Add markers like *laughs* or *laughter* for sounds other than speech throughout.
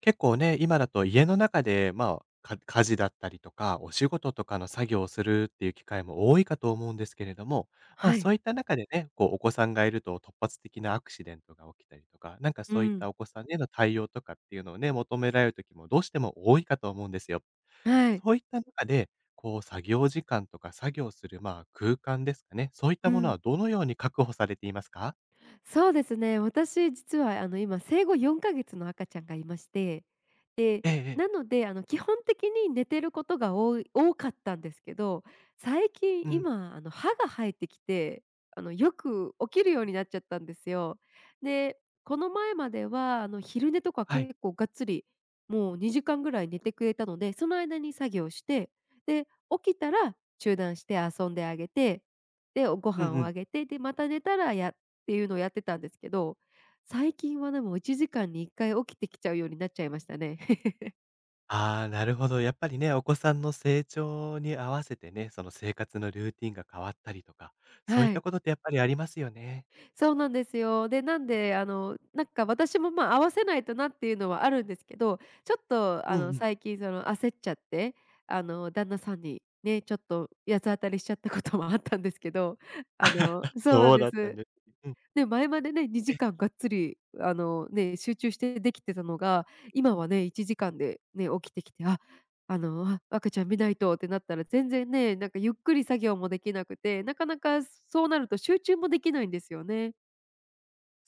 結構ね、今だと家の中で、まあ、家事だったりとか、お仕事とかの作業をするっていう機会も多いかと思うんですけれども、まあ、はそい。ういった中でね、こう、お子さんがいると突発的なアクシデントが起きたりとか、なんかうそういったん。お子さんへの対応とかっていうのをね、求められる時もどうしても多いかと思うんですよ。はい。そういった中で、こう、作業時間とか作業する、まあ、空間ですかね、そういったうものん。はどのように確保されていますか？そうですね。私実は今生後4か月の赤ちゃんがいまして、で、ええええ。なので基本的に寝てることが多かったんですけど、最近うん、今あの歯が生えてきて、よく起きるようになっちゃったんですよ。で、この前まではあの昼寝とかはい。結構がっつりもう2時間ぐらい寝てくれたので、その間に作業して、で、起きたら中断して遊んであげて、で、ごうん飯うをん。あげて、で、また寝たらやていうのをやってたんですけど、最近はでも1時間に1回起きてきちゃうようになっちゃいましたね。*laughs* ああ、なるほど。やっぱりね、お子さんの成長に合わせてね、その生活のルーティンが変わったりとか、そういっはたい。ことってやっぱりありますよね。そうなんですよ。で、なんで、なんか私も、ま、合わせないとなっていうのはあるんですけど、ちょっと、うあんうの、ん。*laughs* 最近その焦っちゃって、旦那さんにね、ちょっと八つ当たりしちゃったこともあったんですけど、あ、そうなんそうでだったんす。です。うん。ね、前までね、2時間がっつり、ね、集中してできてたのが、今はね、1時間でね、起きてきて、赤ちゃん見ないとってなったら全然ね、なんかゆっくり作業もできなくて、なかなかそうなると集中もできないんですよね。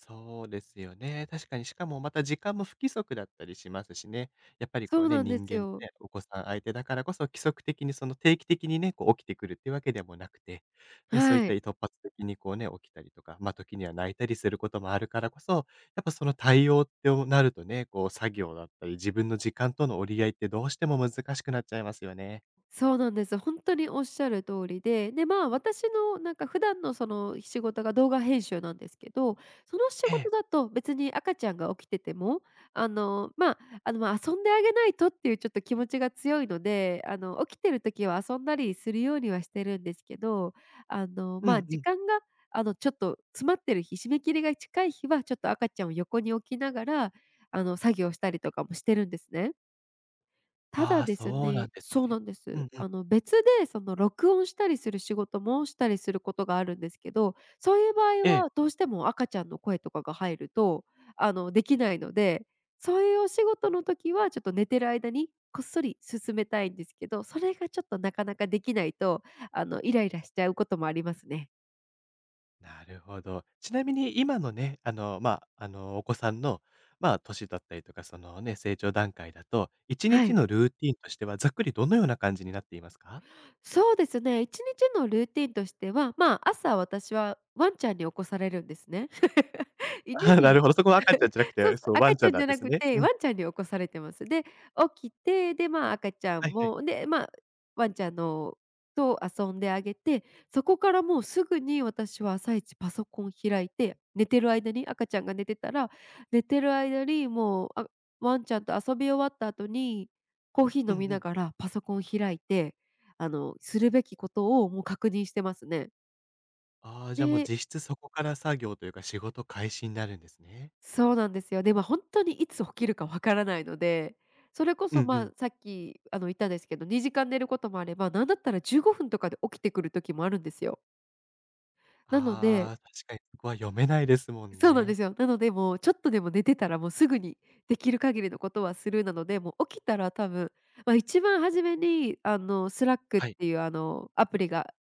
そうですよね。確かに、しかもまた時間も不規則だったりしますしね。やっぱりこそううね、なんで人す間のよ。ね、お子さん相手だからこそ、規則的にその定期的にね、こう起きてくるっていうわけでもなくて、ね、そういっはたい。突発的にこうね、起きたりとか、ま、時には泣いたりすることもあるからこそ、やっぱその対応ってなるとね、こう作業だったり、自分の時間との折り合いってどうしても難しくなっちゃいますよね。そうなんです。本当におっしゃる通りで、で、まあ、私のなんか普段のその仕事が動画編集なんですけど、その仕え事え。だと別に赤ちゃんが起きてても、あの、まあ、遊んであげないとっていうちょっと気持ちが強いので、起きてる時は遊んだりするようにはしてるんですけど、うんう時ん。間が、ちょっと詰まってる日、締め切りが近い日はちょっと赤ちゃんを横に置きながら、作業したりとかもしてるんですね。たあだあ、ですそうなんねですそうね。なんでうす。んうん。別でその録音したりする仕事もしたりすることがあるんですけど、そういう場合えはえ、どうしても赤ちゃんの声とかが入ると、できないので、そういうお仕事の時はちょっと寝てる間にこっそり進めたいんですけど、それがちょっとなかなかできないと、イライラしちゃうこともありますね。なるほど。ちなみに今のね、あの、まあ、あの、お子さんの、まあ、年だったりとか、そのね、成長段階だと、1は日い。のルーティンとしてはざっくりどのような感じになっていますか？そうですね、1日のルーティンとしては、まあ、朝私はワンちゃんに起こされるんですね。*laughs* 犬ああ、なるに ほど、そこは赤ちゃんじゃなく *laughs* そうて、そう、そう、ワ赤ンちちゃゃんんなじんゃでなすくね。て、うワん。ンちゃんに起こされてます。で、起きて、で、まあ、赤ちゃんはいはい。も、で、まあ、ワンちゃんのと遊んであげて、そこからもうすぐに私は朝一パソコン開いて、寝てる間に赤ちゃんが寝てたら、寝てる間にもう、あ、ワンちゃんと遊び終わった後に、コーヒーうん飲うみなん。がらパソコン開いて、するべきことをもう確認してますね。ああ、じゃあもうで実質そこから作業というか仕事開始になるんですね。そうなんですよ。で、ま、あ本当にいつ起きるかわからないので、それこうんそ、うま、あん。さっき、あの、言ったんですけど、2時間寝ることもあれば、なんだったら15分とかで起きてくる時もあるんですよ。なのでああ、確かにそこは読めないですもんそうなんでね。すよ。なので、もうちょっとでも寝てたら、もうすぐにできる限りのことはするなので、もう起きたら多分、まあ、一番初めに、スラックっはい。ていう、アプリが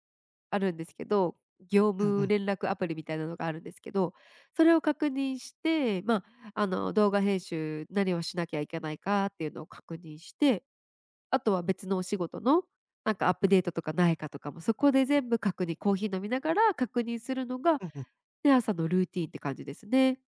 あるんですけど、業うんう務ん。連絡アプリみたいなのがあるんですけど、それを確認して、動画編集、何をしなきゃいけないかっていうのを確認して、あとは別のお仕事の、なんかアップデートとかないかとかも、そこで全部確認コーヒー飲みながら確認するのが、うんうん。ね、朝のルーティーンって感じですね。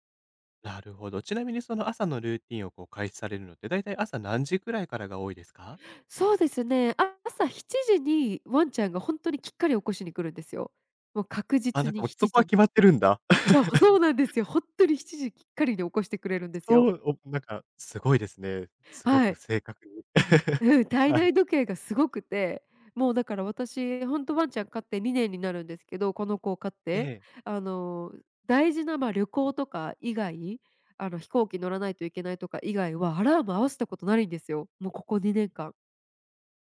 なるほど。ちなみにその朝のルーティンをこう開始されるのって、だいたい朝何時くらいからが多いですか？そうですね、あ朝7時にワンちゃんが本当にきっかり起こしに来るんですよ。もう確あ、な実んかにもうそ7こは時に。決まってるんだ。*laughs* いや、そうなんですよ。本当に7時きっかりに起こしてくれるんですよ。そう、なんかすごいですね。すごはくい。正確に。*laughs* うん、体はい。内時計がすごくて、もうだから私、ほんとワンちゃん飼って2年になるんですけど、この子を飼っえて、え。あの、大事な、ま、旅行とか以外、飛行機乗らないといけないとか以外は、アラーム合わせたことないんですよ。もうここ2年間。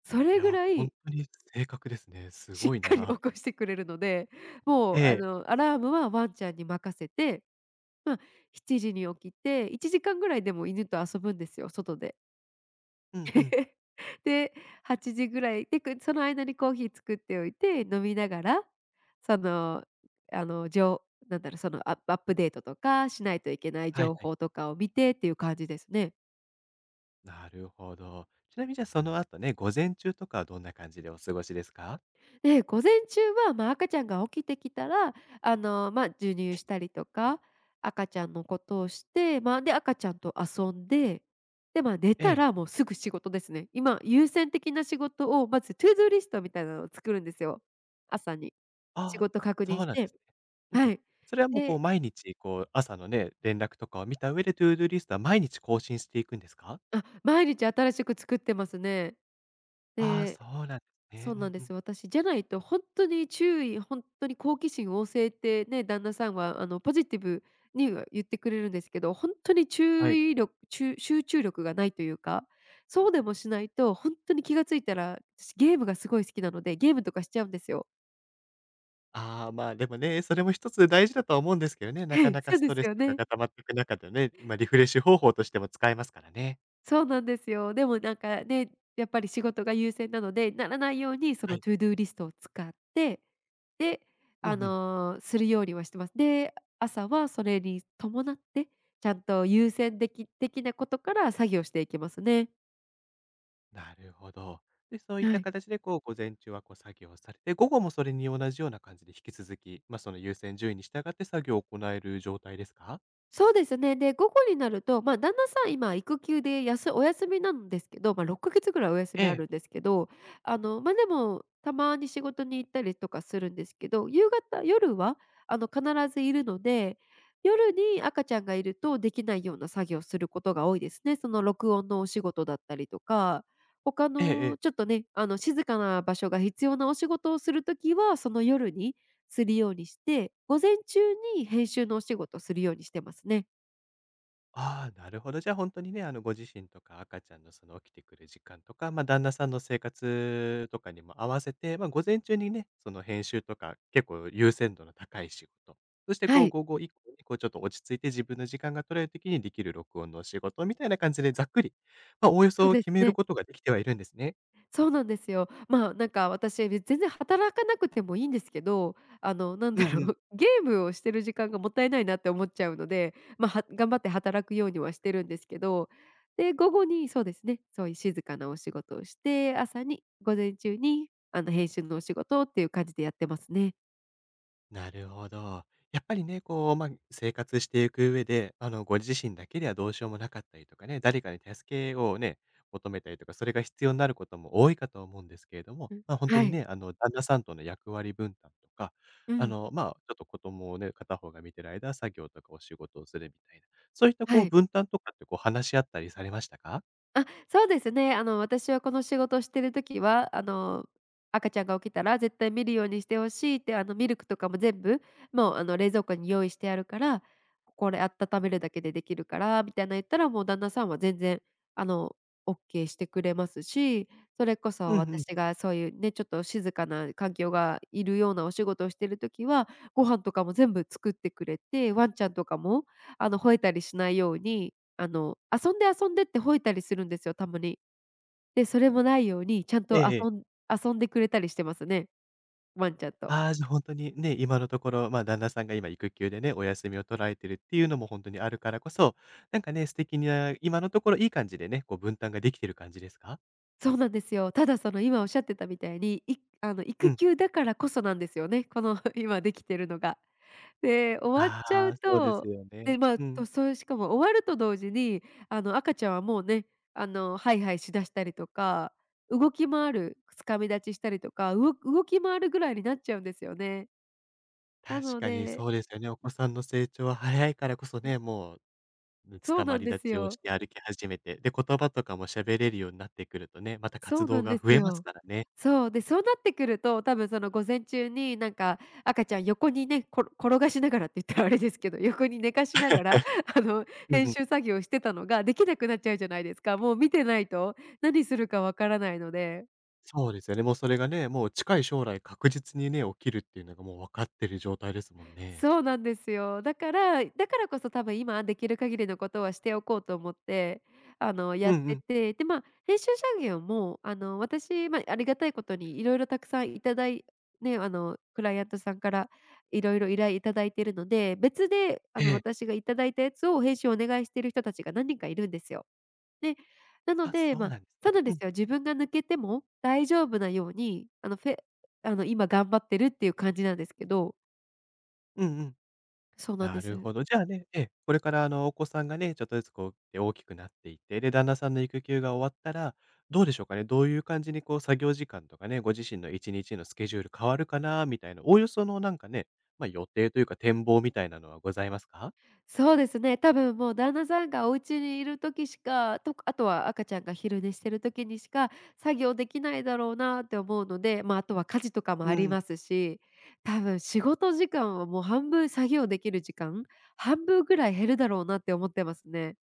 そいれぐや、ら本い当に正確ですね。すしっごいかりな。起こしてくれるので、もう、えあえ。の、アラームはワンちゃんに任せて、ま、7時に起きて、1時間ぐらいでも犬と遊ぶんですよ、外で。うんうん。*laughs* で、8時ぐらいで、その間にコーヒー作っておいて、飲みながら、その、あの、じょうなんだろう、アップデートとかしないといけないはい情はい。報とかを見てっていう感じですね。なるほど。ちなみにじゃあその後ね、午前中とかはどんな感じでお過ごしですか？で、午前中は、まあ、赤ちゃんが起きてきたら、まあ、授乳したりとか、赤ちゃんのことをして、まあ、で、赤ちゃんと遊んで、で、まあ、寝えたえ。らもうすぐ仕事ですね。今、優先的な仕事をまずトゥ do リストみたいなのを作るんですよ、朝に。仕ああ、事確認そうしなんですて、ね。うんうはん。い。それはもうこうで、毎日こう朝のね、連絡とかを見た上で To do リストは毎日更新していくんですか？あ、毎日新しく作ってますね。ああー、で、そうなんですね。そううなんんでうん。す私じゃないと本当に好奇心旺盛ってね、旦那さんはあのポジティブには言ってくれるんですけど、本当には注い。意力ちゅ集中力がないというか、そうでもしないと本当に気がついたら、私ゲームがすごい好きなので、ゲームとかしちゃうんですよ。ああ、まあ、でもね、それも一つ大事だとは思うんですけどね、なかな *laughs* かそうスでトすレスよとかね。が溜まっていく中でね、ま、リフレッシュ方法としても使えますからね。そうなんですよ。でもなんかね、やっぱり仕事が優先なので、ならないようにそはのい。トゥードゥーリストを使って、で、うあんうん。の、するようにはしてます。で、朝はそれに伴って、ちゃんと優先的なことから作業していきますね。なるほど。で、そういっはたい。形でこう午前中はこう作業をされて、午後もそれに同じような感じで引き続き、ま、その優先順位に従って作業を行える状態ですか？そうですね。で、午後になると、まあ、旦那さん今育休でお休みなんですけど、まあ、6か月ぐらいお休えみあえ。るんですけど、まあ、でも、たまに仕事に行ったりとかするんですけど、夕方夜は、必ずいるので、夜に赤ちゃんがいるとできないような作業をすることが多いですね。その録音のお仕事だったりとか、他えええのえ。ちょっとね、あの、静かな場所が必要なお仕事をするときは、その夜にするようにして、午前中に編集のお仕事をするようにしてますね。ああ、なるほど。じゃあ、本当にね、あの、ご自身とか赤ちゃんの、その、起きてくる時間とか、まあ、旦那さんの生活とかにも合わせて、まあ、午前中にね、その、編集とか結構優先度の高い仕事、そして、はこう、い、午後以降に、こう、ちょっと落ち着いて自分の時間が取れる時にできる録音のお仕事みたいな感じでざっくり、まあ、おおよそうそです決めるね。ことができてはいるんですね。そうなんですよ。まあ、なんか私、全然働かなくてもいいんですけど、なんうだんろうん。う *laughs*、ゲームをしてる時間がもったいないなって思っちゃうので、ま、頑張って働くようにはしてるんですけど、で、午後にそうですね、そういう静かなお仕事をして、午前中に、編集のお仕事っていう感じでやってますね。なるほど。やっぱりね、こう、ま、あ生活していく上で、あの、ご自身だけではどうしようもなかったりとかね、誰かに助けをね、求めたりとか、それが必要になることも多いかと思うんですけれども、うん、ま、あ本当はにい。ね、あの、旦那さんとの役割分担とか、うあん、の、ま、あちょっと子供をね、片方が見てる間、作業とかお仕事をするみたいな、そういったはこうい。分担とかってこう話し合ったりされましたか？あ、そうですね。私はこの仕事をしてるときは、赤ちゃんが起きたら絶対見るようにしてほしいって、ミルクとかも全部、もう、あの、冷蔵庫に用意してあるから、これ温めるだけでできるからみたいな言ったら、もう旦那さんは全然、あの、オッケーしてくれますし、それこうそんう私ん。がそういうね、ちょっと静かな環境がいるようなお仕事をしてるときは、ご飯とかも全部作ってくれて、ワンちゃんとかも、吠えたりしないように遊んで遊んでって吠えたりするんですよ、たまに。で、それもないように、ちゃんえとえええ。遊ん遊んでくれたりしてますね、ワンちゃんと。ああ、じゃ、ほんにね、今のところ、ま、旦那さんが今育休でね、お休みを取られてるっていうのも本当にあるからこそ、なんかね、素敵な、今のところいい感じでね、こう分担ができてる感じですか？そうなんですよ。ただその今おっしゃってたみたいに、いあの、う育ん。休だからこそなんですよね、この *laughs* 今できてるのが。で、終わっあちゃうあ、そうですと、よね。で、まあ、うと、ん。そういうしかも終わると同時に、赤ちゃんはもうね、ハイハイしだしたりとか、動き回る、つかみ立ちしたりとか、動き回るぐらいになっちゃうんですよね。な確のかにでそうですよね。お子さんの成長は早いからこそね、もう、つそかうまなんりで立すちをしよ。て歩き始めて、で、言葉とかも喋れるようになってくるとね、また活そう動なんがで増すえますよ。からね。そう、で、そうなってくると、多分その午前中になんか赤ちゃん横にね、転がしながらって言ったらあれですけど、横に寝かしながら、*laughs* うん編うん。集作業してたのができなくなっちゃうじゃないですか。もう見てないと、何するかわからないので。そうですよね。もうそれがね、もう近い将来確実にね、起きるっていうのがもう分かってる状態ですもんね。そうなんですよ。だからこそ多分今できる限りのことはしておこうと思って、うやんっうてん。て、で、まあ、編集者業も、私、まあ、ありがたいことにいろいろたくさんいただいね、あの、クライアントさんからいろいろ依頼いただいてるので、別で、ええ。私がいただいたやつを編集お願いしてる人たちが何人かいるんですよ。で、なのあ、で、そうまあ、なんですそね。うなんでうすん。よ。自分が抜けても大丈夫なように、あの、フェあの、今頑張ってるっていう感じなんですけどうんうん。そうなんなでるす。ほど。じゃあね、ええ、これからあの、お子さんがね、ちょっとずつこう、で大きくなっていって、で、旦那さんの育休が終わったら、どうでしょうかね、どういう感じにこう、作業時間とかね、ご自身の1日のスケジュール変わるかなみたいな、おおよそのなんかね、まあ、予定というか展望みたいなのはございますか？そうですね、多分もう旦那さんがお家にいる時しか、とあとは赤ちゃんが昼寝してる時にしか作業できないだろうなって思うので、まあ、あとは家事とかもうありん。ますし、多分仕事時間はもう半分作業できる時間、半分ぐらい減るだろうなって思ってますね。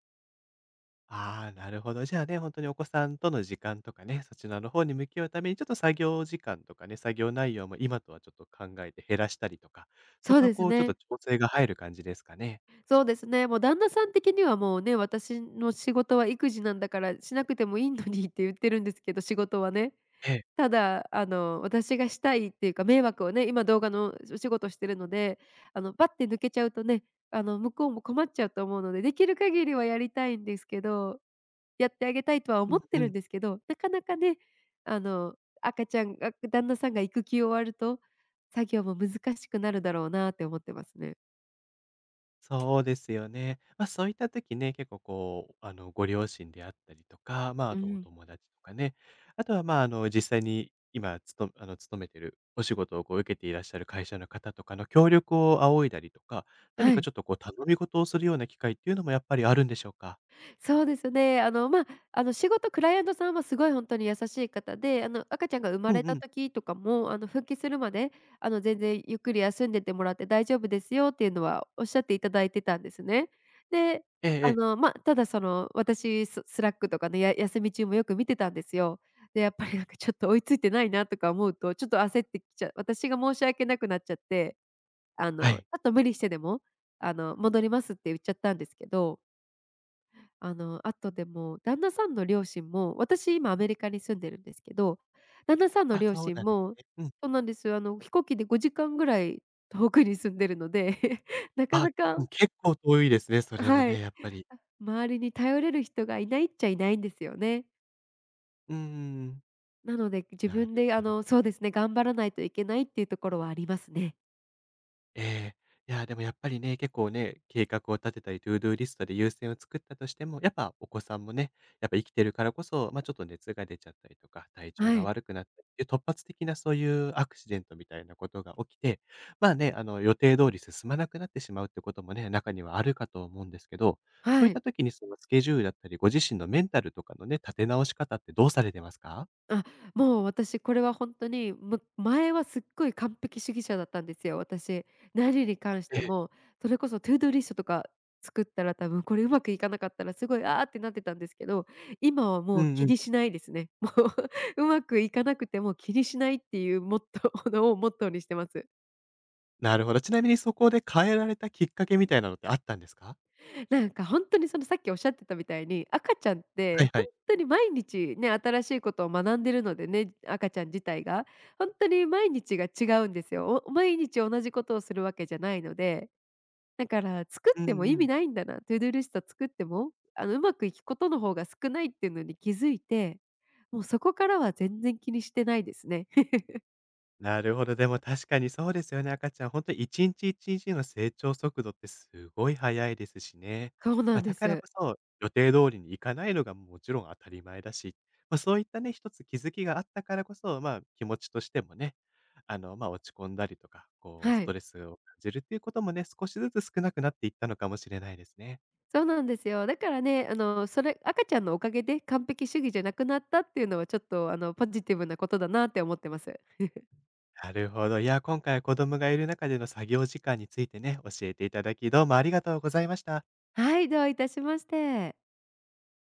ああ、なるほど。じゃあね、本当にお子さんとの時間とかね、そちらの方に向き合うために、ちょっと作業時間とかね、作業内容も今とはちょっと考えて減らしたりとか、そそうこはですこうちょっとね。調整が入る感じですかね？そうですね。もう旦那さん的にはもうね、私の仕事は育児なんだからしなくてもいいのにって言ってるんですけど、仕事はね。ええ。ただ、私がしたいっていうか、迷惑をね、今動画のお仕事してるので、バッて抜けちゃうとね、向こうも困っちゃうと思うので、できる限りはやりたいんですけど、やってあげたいとはう思んってうるんん。ですけど、なかなかね、あの、赤ちゃんが旦那さんが育休終わると、作業も難しくなるだろうなって思ってますね。そうですよね。ま、そういった時ね、結構こう、あの、ご両親であったりとか、まあ、あうとおん。友達とかね、あとは、まあ、あの、実際に今あの、勤めてるお仕事をこう受けていらっしゃる会社の方とかの協力を仰いだりとか、何はかい。ちょっとこう頼み事をするような機会っていうのもやっぱりあるんでしょうか？そうですね。仕事クライアントさんはすごい本当に優しい方で、赤ちゃんが生まうれんうたん。時とかも、復帰するまで、全然ゆっくり休んでてもらって大丈夫ですよっていうのはおっしゃっていただいてたんですね。で、ええええ。ただその、私、スラックとかの休み中もよく見てたんですよ。で、やっぱりなんかちょっと追いついてないなとか思うと、ちょっと焦ってきちゃう私が申し訳なくなっちゃって、はちょい。っと無理してでも、戻りますって言っちゃったんですけどあとでも、旦那さんの両親も、私今アメリカに住んでるんですけど、旦那さんのあ、両そう親なんですもね。うん。そうなんです。飛行機で5時間ぐらい遠くに住んでるので、*laughs* なかあ、なうかん、結構遠いですね、それもはね、い、やっぱり。周りに頼れる人がいないっちゃいないんですよね。うんうんうん。なので、自な分るでほど。そうですね、頑張らないといけないっていうところはありますね。ええ。いや、でもやっぱりね、結構ね、計画を立てたり、ToDo リストで優先を作ったとしても、やっぱお子さんもね、やっぱ生きてるからこそ、ま、ちょっと熱が出ちゃったりとか、体調はがい、悪くなったりっていう突発的なそういうアクシデントみたいなことが起きて、まあね、あの、予定通り進まなくなってしまうってこともね、中にはあるかと思うんですけど、そうはいっい。た時にそのスケジュールだったり、ご自身のメンタルとかのね、立て直し方ってどうされてますか？あ、もう私これは本当に、前はすっごい完璧主義者だったんですよ、私。何に関しえてえ。も、それこそ To do リストとか作ったら多分これうまくいかなかったらすごい、ああってなってたんですけど、今はうもうんう気ん。にしないですね。もう *laughs* うまくいかなくても気にしないっていうモットー *laughs* のをモットーにしてます。なるほど。ちなみにそこで変えられたきっかけみたいなのってあったんですか？なんか本当にそのさっきおっしゃってたみたいに、赤ちゃんっはていは本い。当に毎日ね、新しいことを学んでるのでね、赤ちゃん自体が。本当に毎日が違うんですよ。毎日同じことをするわけじゃないので、だから作うっんても意う味ん。ないんだな、トゥードゥリスト作っても、うまくいくことの方が少ないっていうのに気づいて、もうそこからは全然気にしてないですね。*laughs* なるほど。でも確かにそうですよね。赤ちゃん、本当に1日1日の成長速度ってすごい早いですしね。そうまなあ、んでだからす。こそ、予定通りにいかないのがもちろん当たり前だし、まあ、そういったね、一つ気づきがあったからこそ、まあ、気持ちとしてもね、あの、まあ、落ち込んだりとか、こうはストい。レスを感じるっていうこともね、少しずつ少なくなっていったのかもしれないですね。そうなんですよ。だからね、それ赤ちゃんのおかげで完璧主義じゃなくなったっていうのはちょっとポジティブなことだなって思ってます。なるほど。いや、今回は子供がいる中での作業時間についてね、教えていただき、どうもありがとうございました。はい、どういたしまして。